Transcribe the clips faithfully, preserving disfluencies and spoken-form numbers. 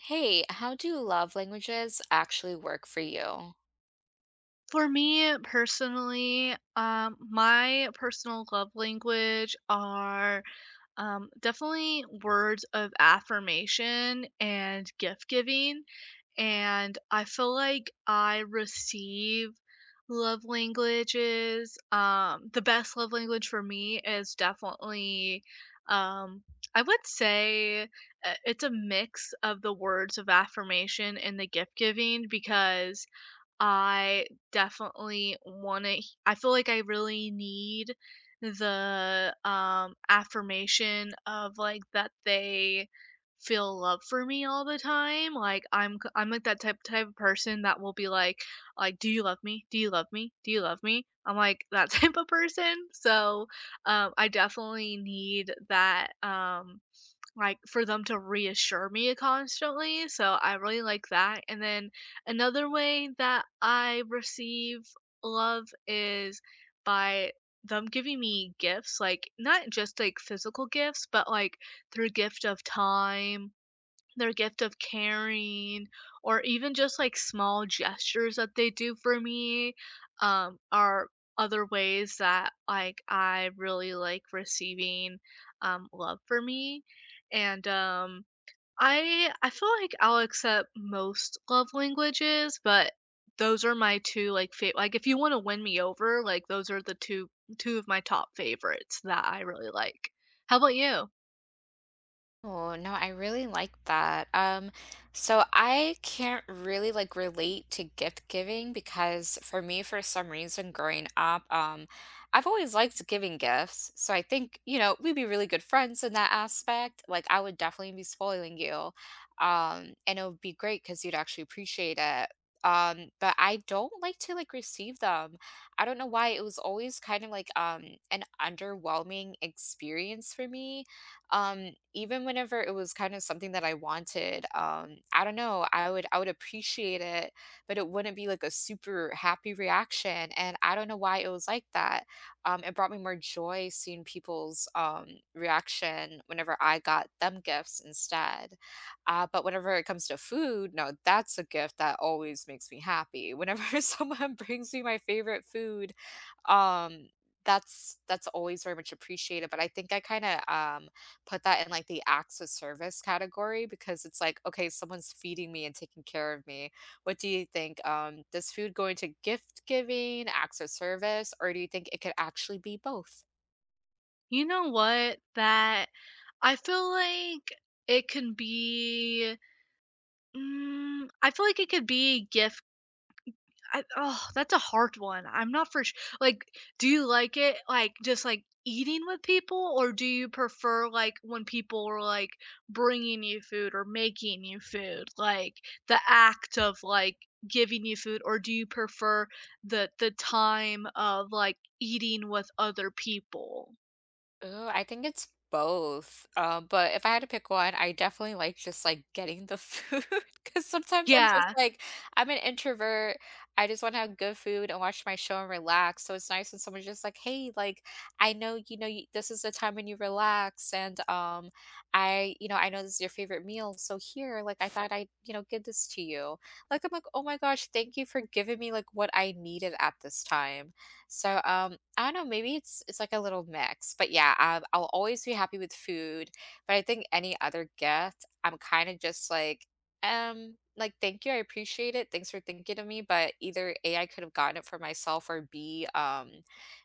Hey, how do love languages actually work for you? For me personally, um, my personal love language are um, definitely words of affirmation and gift giving. And I feel like I receive love languages. Um, the best love language for me is definitely, um, I would say, uh, it's a mix of the words of affirmation and the gift giving because I definitely want to I feel like I really need the um affirmation of like that they feel love for me all the time. Like I'm c- I'm like that type type of person that will be like like do you love me? Do you love me? Do you love me? I'm like that type of person. So um I definitely need that um like, for them to reassure me constantly, so I really like that, and then another way that I receive love is by them giving me gifts, like, not just, like, physical gifts, but, like, through gift of time, their gift of caring, or even just like small gestures that they do for me um, are other ways that like I really like receiving um, love for me. And um, i i feel like I'll accept most love languages, but those are my two like fa- like if you want to win me over, like those are the two two of my top favorites that I really like. How about you? Oh, no, I really like that. Um, so I can't really like relate to gift giving because for me, for some reason, growing up, um, I've always liked giving gifts. So I think, you know, we'd be really good friends in that aspect. Like I would definitely be spoiling you. Um, and it would be great because you'd actually appreciate it. Um, but I don't like to like receive them. I don't know why. It was always kind of like um an underwhelming experience for me, um even whenever it was kind of something that I wanted. um I don't know, i would i would appreciate it, but it wouldn't be like a super happy reaction, and I don't know why it was like that. Um it brought me more joy seeing people's um reaction whenever I got them gifts instead. Uh but whenever it comes to food, no, that's a gift that always makes me happy whenever someone brings me my favorite food. um that's that's always very much appreciated, but I think I kind of um put that in like the acts of service category, because it's like, okay, someone's feeding me and taking care of me. What do you think? Um, does food go into gift giving, acts of service, or do you think it could actually be both? You know what? That I feel like it can be mm, I feel like it could be gift I, oh, that's a hard one. I'm not for sure. Like do you like it like just like eating with people, or do you prefer like when people are like bringing you food or making you food? Like the act of like giving you food, or do you prefer the the time of like eating with other people? Oh, I think it's both. Um, but if I had to pick one, I definitely like just like getting the food because sometimes I'm just Yeah. like, I'm an introvert. I just want to have good food and watch my show and relax. So it's nice when someone's just like, hey, like, I know, you know, you, this is the time when you relax. And um, I, you know, I know this is your favorite meal. So here, like, I thought I, you know, give this to you. Like, I'm like, oh my gosh, thank you for giving me like what I needed at this time. So, um, I don't know, maybe it's it's like a little mix, but yeah, I I'll always be happy with food, but I think any other gift, I'm kind of just like, um, like thank you, I appreciate it. Thanks for thinking of me, but either A, I could have gotten it for myself, or B, um,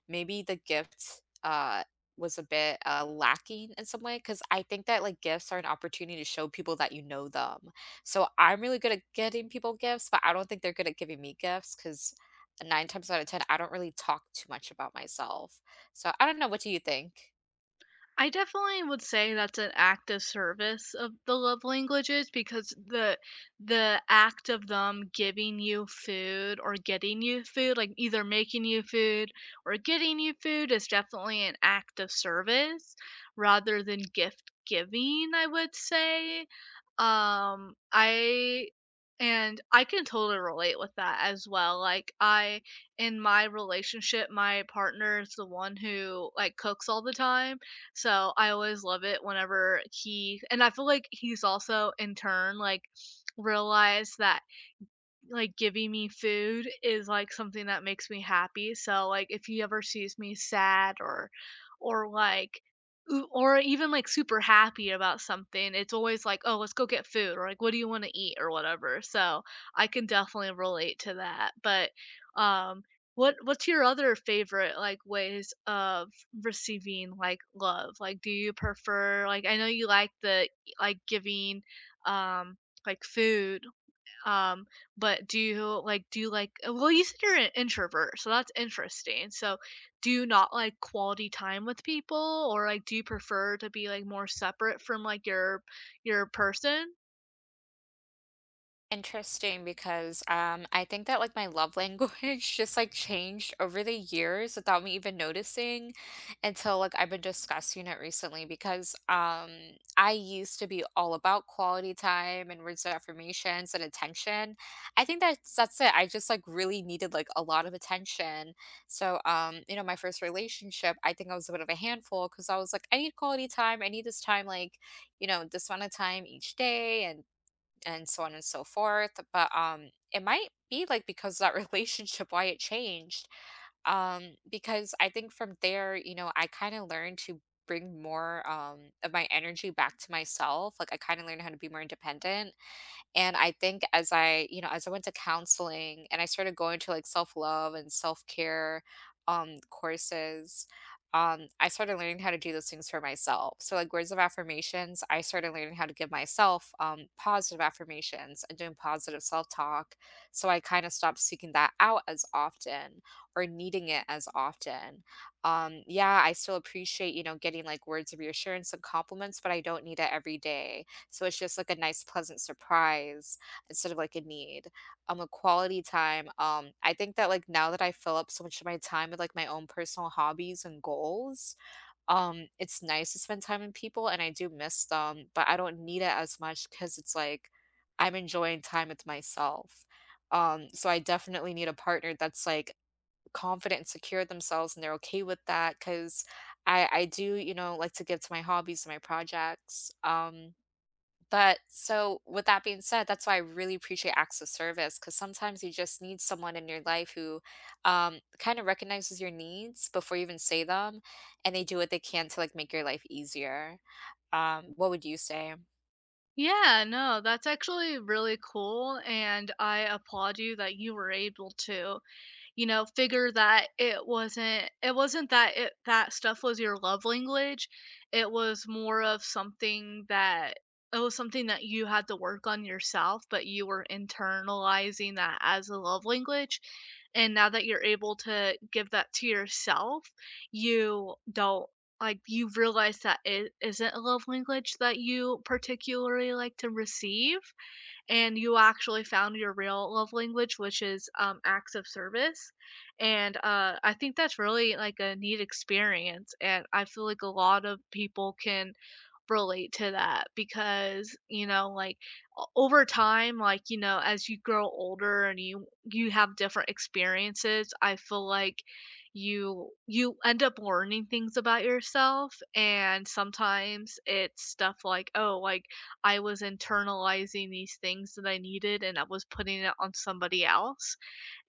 maybe the gift, uh, was a bit uh, lacking in some way, because I think that like gifts are an opportunity to show people that you know them. So I'm really good at getting people gifts, but I don't think they're good at giving me gifts because nine times out of ten, I don't really talk too much about myself. So I don't know, what do you think? I definitely would say that's an act of service of the love languages because the the act of them giving you food or getting you food, like either making you food or getting you food is definitely an act of service rather than gift giving, I would say. Um I and I can totally relate with that as well. Like I in my relationship, my partner is the one who like cooks all the time, so I always love it whenever he, and I feel like he's also in turn like realized that like giving me food is like something that makes me happy. So like if he ever sees me sad or or like oo- or even like super happy about something, it's always like, "Oh, let's go get food," or like, "What do you want to eat?" or whatever. So, I can definitely relate to that. But um what what's your other favorite like ways of receiving like love? Like do you prefer like I know you like the like giving um like food, um, but do you like do you like uh, well, you said you're an introvert, so that's interesting. So do you not like quality time with people, or like do you prefer to be like more separate from like your your person? Interesting, because um I think that like my love language just like changed over the years without me even noticing, until like I've been discussing it recently, because um I used to be all about quality time and words of affirmations and attention. I think that's that's it. I just like really needed like a lot of attention. So um you know my first relationship, I think I was a bit of a handful because I was like, I need quality time. I need this time, like you know this amount of time each day, and and so on and so forth. But um, it might be like because that relationship why it changed. Um, because I think from there, you know, I kind of learned to bring more um of my energy back to myself. Like I kind of learned how to be more independent, and I think as I, you know, as I went to counseling, and I started going to like self-love and self-care um courses. um, I started learning how to do those things for myself. So like words of affirmations, I started learning how to give myself um positive affirmations and doing positive self-talk. So I kind of stopped seeking that out as often, or needing it as often. Um, yeah, I still appreciate, you know, getting like words of reassurance and compliments, but I don't need it every day. So it's just like a nice pleasant surprise instead of like a need. Um, a quality time. Um, I think that like now that I fill up so much of my time with like my own personal hobbies and goals, um, it's nice to spend time with people, and I do miss them, but I don't need it as much, because it's like I'm enjoying time with myself. Um, so I definitely need a partner that's like confident and secure with themselves, and they're okay with that, because I I do, you know, like to give to my hobbies and my projects. Um but so with that being said, that's why I really appreciate acts of service, because sometimes you just need someone in your life who, um, kinda recognizes your needs before you even say them, and they do what they can to, like, make your life easier. Um, what would you say? Yeah, no, that's actually really cool and I applaud you that you were able to, you know, figure that it wasn't it wasn't that it that stuff was your love language. It was more of something that it was something that you had to work on yourself, but you were internalizing that as a love language. And now that you're able to give that to yourself, you don't like you realize that it isn't a love language that you particularly like to receive, and you actually found your real love language, which is, um, acts of service, and, uh, I think that's really, like, a neat experience, and I feel like a lot of people can relate to that because, you know, like, o over time, like, you know, as you grow older and you you have different experiences, I feel like you you end up learning things about yourself, and sometimes it's stuff like, "Oh, like, I was internalizing these things that I needed, and I was putting it on somebody else."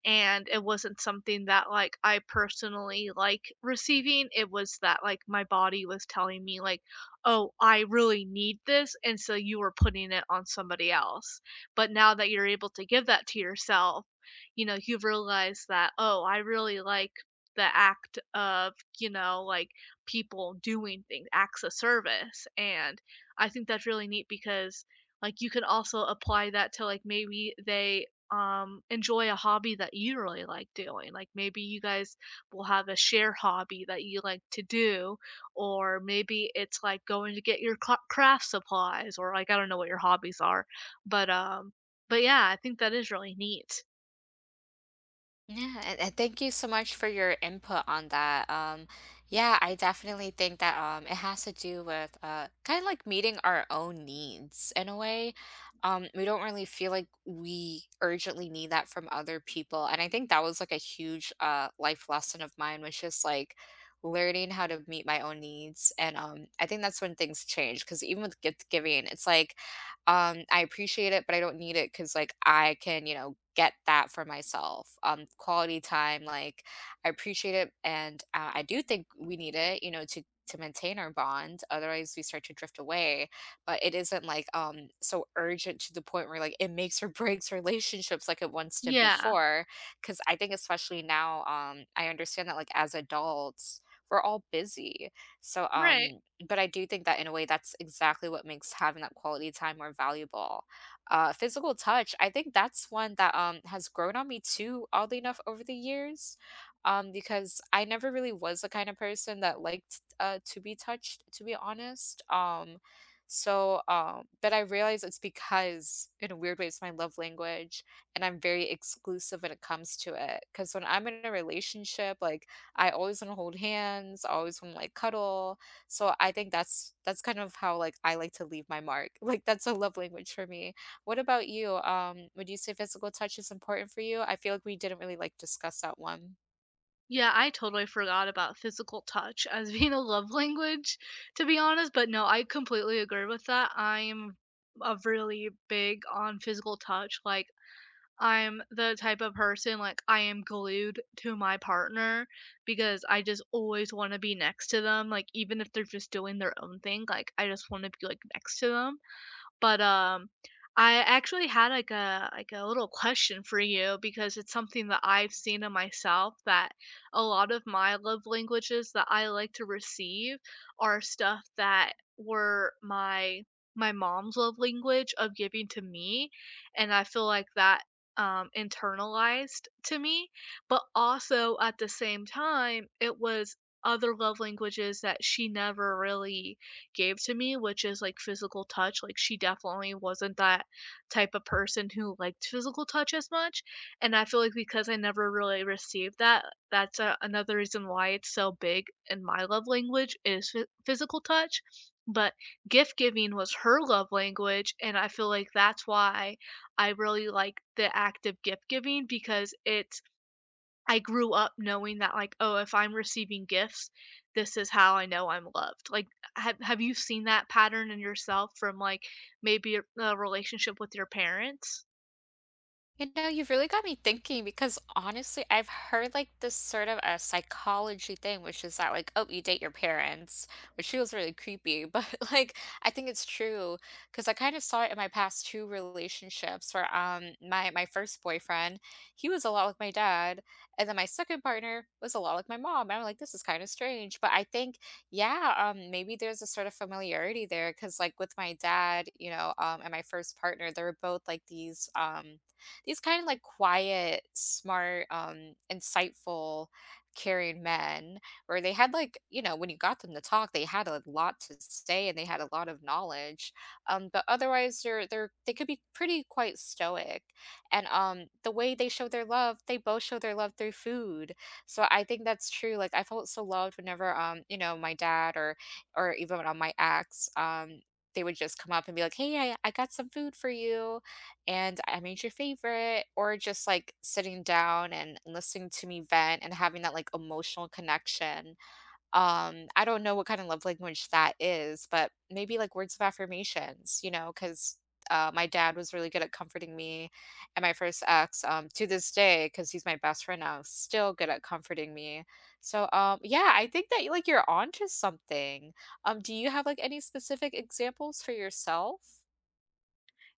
And it wasn't something that like I personally like receiving. It was that like my body was telling me like, "Oh, I really need this," and so you were putting it on somebody else. But now that you're able to give that to yourself, you know, you have realized that, "Oh, I really like the act of, you know, like people doing things, acts of service." And I think that's really neat because like you can also apply that to like maybe they um, enjoy a hobby that you really like doing. Like maybe you guys will have a share hobby that you like to do, or maybe it's like going to get your cra- craft supplies, or like I don't know what your hobbies are, but um, but yeah, I think that is really neat. Yeah, and, and thank you so much for your input on that. Um, yeah, I definitely think that um, it has to do with uh, kind of like meeting our own needs in a way. Um, we don't really feel like we urgently need that from other people, and I think that was like a huge uh, life lesson of mine, was just like learning how to meet my own needs. And um, I think that's when things change, because even with gift giving, it's like um, I appreciate it, but I don't need it because, like, I can, you know, get that for myself. Um, quality time, like, I appreciate it, and, uh, I do think we need it, you know, to to maintain our bond, otherwise we start to drift away, but it isn't, like, um, so urgent to the point where, like, it makes or breaks relationships like it once did Yeah, before. Because I think especially now, um, I understand that, like, as adults, we're all busy, so, um, right. but I do think that in a way that's exactly what makes having that quality time more valuable. Uh, physical touch, I think that's one that um has grown on me too, oddly enough, over the years. Um, because I never really was the kind of person that liked uh to be touched, to be honest. Um, so um, but I realize it's because in a weird way it's my love language, and I'm very exclusive when it comes to it. Because when I'm in a relationship, like I always want to hold hands, I always want to like cuddle, so I think that's that's kind of how like I like to leave my mark. Like that's a love language for me. What about you? Um, would you say physical touch is important for you? I feel like we didn't really like discuss that one. Yeah, I totally forgot about physical touch as being a love language, to be honest. But no, I completely agree with that. I am a really big on physical touch. Like I'm the type of person, like, I am glued to my partner because I just always wanna be next to them, like, even if they're just doing their own thing, like, I just wanna be, like, next to them. But, um, I actually had, like, a like, a little question for you because it's something that I've seen in myself that a lot of my love languages that I like to receive are stuff that were my my mom's love language of giving to me, and I feel like that, um, internalized to me, but also at the same time, it was other love languages that she never really gave to me, which is like physical touch. Like she definitely wasn't that type of person who liked physical touch as much. And I feel like because I never really received that, that's a, another reason why it's so big in my love language is phy- physical touch. But gift giving was her love language. And I feel like that's why I really like the act of gift giving because it's I grew up knowing that like, "Oh, if I'm receiving gifts, this is how I know I'm loved." Like, have have you seen that pattern in yourself from, like, maybe a a relationship with your parents? You know, you've really got me thinking, because honestly, I've heard like this sort of a psychology thing, which is that like, oh, you date your parents, which feels really creepy, but like I think it's true, because I kind of saw it in my past two relationships, where um my my first boyfriend, he was a lot like my dad, and then my second partner was a lot like my mom. And I'm like, this is kind of strange, but I think yeah, um maybe there's a sort of familiarity there, because like with my dad, you know, um and my first partner, they were both like these um these kind of like quiet, smart, um, insightful, caring men, where they had like, you know, when you got them to talk, they had a lot to say, and they had a lot of knowledge. Um, but otherwise they're they're they could be pretty quite stoic. And um the way they show their love, they both show their love through food. So I think that's true. Like I felt so loved whenever um, you know, my dad or or even on my ex, um, they would just come up and be like, hey, I, I got some food for you, and I made your favorite, or just like sitting down and listening to me vent and having that like emotional connection. Um, I don't know what kind of love language that is, but maybe like words of affirmations, you know, because uh, my dad was really good at comforting me, and my first ex um, to this day, because he's my best friend now, is still good at comforting me. So um, yeah, I think that like you're onto something. Um, do you have like any specific examples for yourself?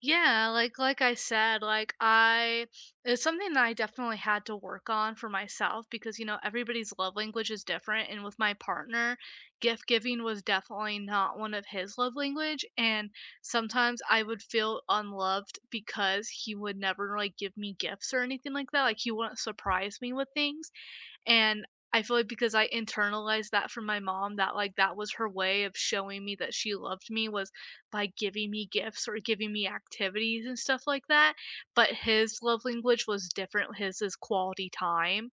Yeah, like like I said, like I it's something that I definitely had to work on for myself because you know everybody's love language is different and with my partner, gift giving was definitely not one of his love language, and sometimes I would feel unloved because he would never like give me gifts or anything like that. Like he wouldn't surprise me with things. And I feel like because I internalized that from my mom that like that was her way of showing me that she loved me was by giving me gifts or giving me activities and stuff like that. But his love language was different. His is quality time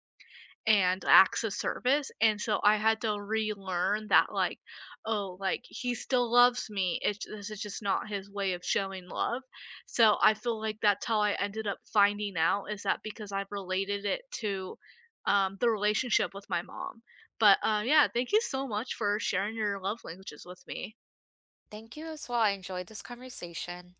and acts of service. And so I had to relearn that, like, oh, like he still loves me. It's this is just not his way of showing love. So I feel like that's how I ended up finding out is that because I've related it to um, the relationship with my mom. But uh, yeah, thank you so much for sharing your love languages with me. Thank you as well. I enjoyed this conversation.